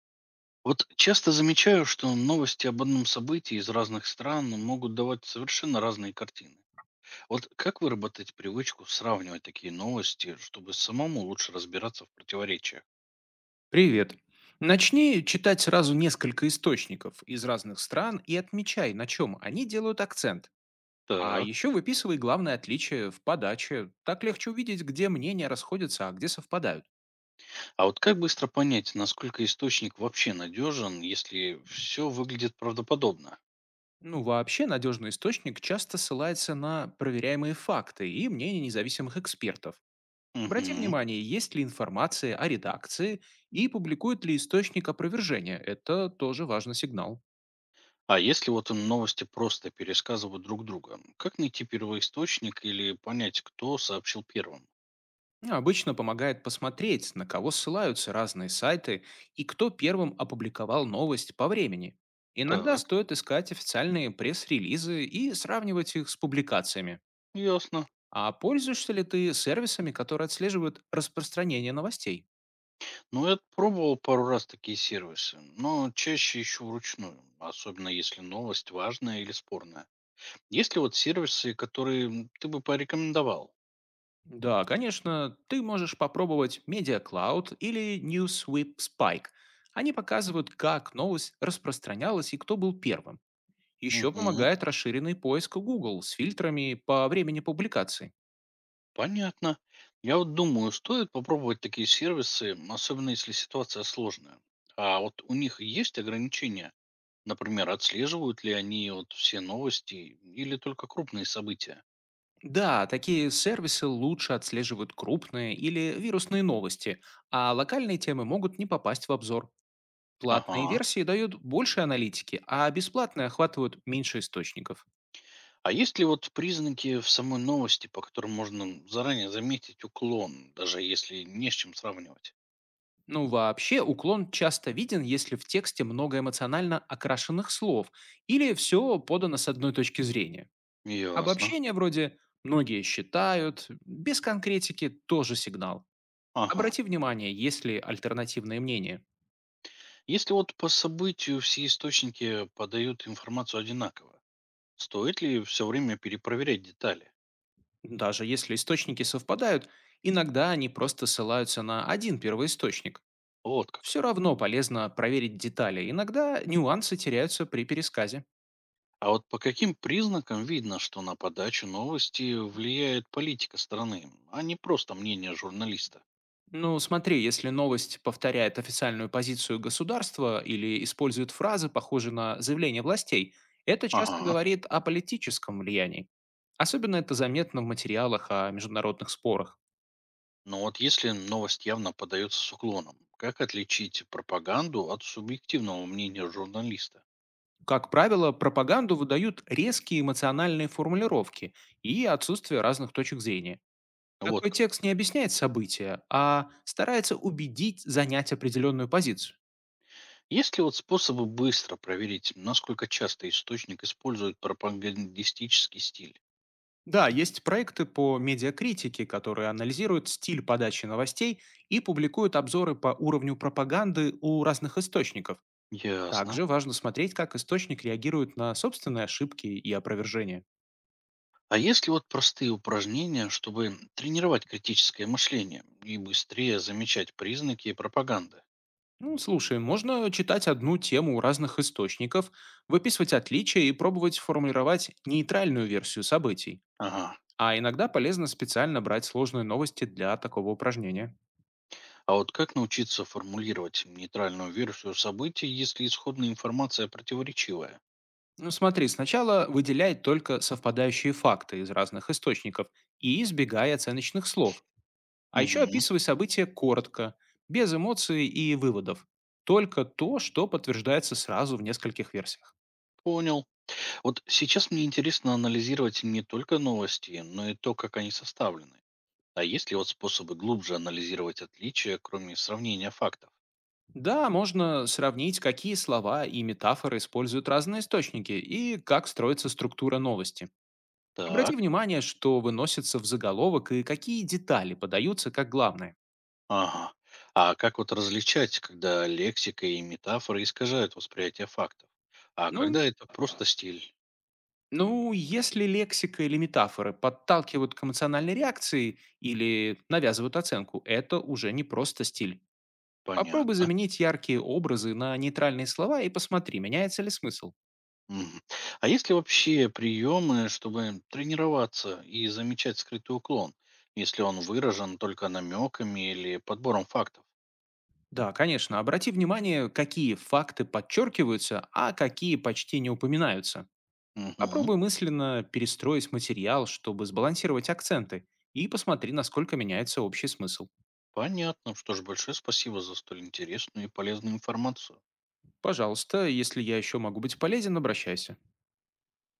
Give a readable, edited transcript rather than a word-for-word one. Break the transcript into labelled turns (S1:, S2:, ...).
S1: Вот часто замечаю, что новости об одном событии из разных стран могут давать совершенно разные картины. Вот как выработать привычку сравнивать такие новости, чтобы самому лучше разбираться в противоречиях?
S2: Привет. Начни читать сразу несколько источников из разных стран и отмечай, на чем они делают акцент. А
S1: Так.
S2: еще выписывай главное отличие в подаче. Так легче увидеть, где мнения расходятся, а где совпадают.
S1: А вот как быстро понять, насколько источник вообще надежен, если все выглядит правдоподобно?
S2: Ну, вообще, надежный источник часто ссылается на проверяемые факты и мнения независимых экспертов. Обрати
S1: Мгм.
S2: внимание, есть ли информация о редакции и публикует ли источник опровержения. Это тоже важный сигнал.
S1: А если вот им новости просто пересказывают друг друга, как найти первоисточник или понять, кто сообщил первым?
S2: Ну, обычно помогает посмотреть, на кого ссылаются разные сайты и кто первым опубликовал новость по времени. Иногда
S1: Так,
S2: стоит искать официальные пресс-релизы и сравнивать их с публикациями.
S1: ясно.
S2: А пользуешься ли ты сервисами, которые отслеживают распространение новостей?
S1: Ну, я пробовал пару раз такие сервисы, но чаще ищу вручную, особенно если новость важная или спорная. Есть ли вот сервисы, которые ты бы порекомендовал?
S2: Да, конечно, ты можешь попробовать Media Cloud или NewsWhip Spike. Они показывают, как новость распространялась и кто был первым. Еще
S1: Угу,
S2: помогает расширенный поиск Google с фильтрами по времени публикации.
S1: понятно. Я вот думаю, стоит попробовать такие сервисы, особенно если ситуация сложная. А вот у них есть ограничения? Например, отслеживают ли они вот все новости или только крупные события?
S2: Да, такие сервисы лучше отслеживают крупные или вирусные новости, а локальные темы могут не попасть в обзор. Платные
S1: Ага.
S2: версии дают больше аналитики, а бесплатные охватывают меньше источников.
S1: А есть ли вот признаки в самой новости, по которым можно заранее заметить уклон, даже если не с чем сравнивать?
S2: Ну вообще, уклон часто виден, если в тексте много эмоционально окрашенных слов или все подано с одной точки зрения.
S1: Ясно.
S2: Обобщение вроде «многие считают», без конкретики тоже сигнал.
S1: Ага.
S2: Обрати внимание, есть ли альтернативные мнения.
S1: Если вот по событию все источники подают информацию одинаково, стоит ли все время перепроверять детали?
S2: Даже если источники совпадают, иногда они просто ссылаются на один первоисточник.
S1: Вот как.
S2: Все равно полезно проверить детали, иногда нюансы теряются при пересказе.
S1: А вот по каким признакам видно, что на подачу новости влияет политика страны, а не просто мнение журналиста?
S2: Ну, смотри, если новость повторяет официальную позицию государства или использует фразы, похожие на заявления властей, это часто
S1: Ага.
S2: говорит о политическом влиянии. Особенно это заметно в материалах о международных спорах.
S1: Но вот если новость явно подается с уклоном, как отличить пропаганду от субъективного мнения журналиста?
S2: Как правило, пропаганду выдают резкие эмоциональные формулировки и отсутствие разных точек зрения.
S1: Вот
S2: Такой
S1: как.
S2: текст не объясняет события, а старается убедить занять определенную позицию.
S1: Есть ли вот способы быстро проверить, насколько часто источник использует пропагандистический стиль?
S2: Да, есть проекты по медиакритике, которые анализируют стиль подачи новостей и публикуют обзоры по уровню пропаганды у разных источников.
S1: Ясно.
S2: Также важно смотреть, как источник реагирует на собственные ошибки и опровержения.
S1: А есть ли вот простые упражнения, чтобы тренировать критическое мышление и быстрее замечать признаки пропаганды?
S2: Ну, слушай, можно читать одну тему у разных источников, выписывать отличия и пробовать формулировать нейтральную версию событий.
S1: Ага.
S2: А иногда полезно специально брать сложные новости для такого упражнения.
S1: А вот как научиться формулировать нейтральную версию событий, если исходная информация противоречивая?
S2: Ну, смотри, сначала выделяй только совпадающие факты из разных источников и избегай оценочных слов. А еще
S1: Угу.
S2: описывай события коротко, без эмоций и выводов. Только то, что подтверждается сразу в нескольких версиях.
S1: Понял. Вот сейчас мне интересно анализировать не только новости, но и то, как они составлены. А есть ли вот способы глубже анализировать отличия, кроме сравнения фактов?
S2: Да, можно сравнить, какие слова и метафоры используют разные источники и как строится структура новости. Обрати
S1: Так,
S2: внимание, что выносится в заголовок и какие детали подаются как главное.
S1: ага. А как вот различать, когда лексика и метафоры искажают восприятие фактов? А
S2: Ну
S1: когда это просто стиль?
S2: ну, если лексика или метафоры подталкивают к эмоциональной реакции или навязывают оценку, это уже не просто стиль. Попробуй
S1: Понятно.
S2: заменить яркие образы на нейтральные слова и посмотри, меняется ли смысл.
S1: Мгм. А есть ли вообще приемы, чтобы тренироваться и замечать скрытый уклон, если он выражен только намеками или подбором фактов?
S2: Да, конечно, обрати внимание, какие факты подчеркиваются, а какие почти не упоминаются.
S1: Мгм.
S2: Попробуй мысленно перестроить материал, чтобы сбалансировать акценты, и посмотри, насколько меняется общий смысл.
S1: Понятно. Что ж, большое спасибо за столь интересную и полезную информацию.
S2: Пожалуйста, если я еще могу быть полезен, обращайся.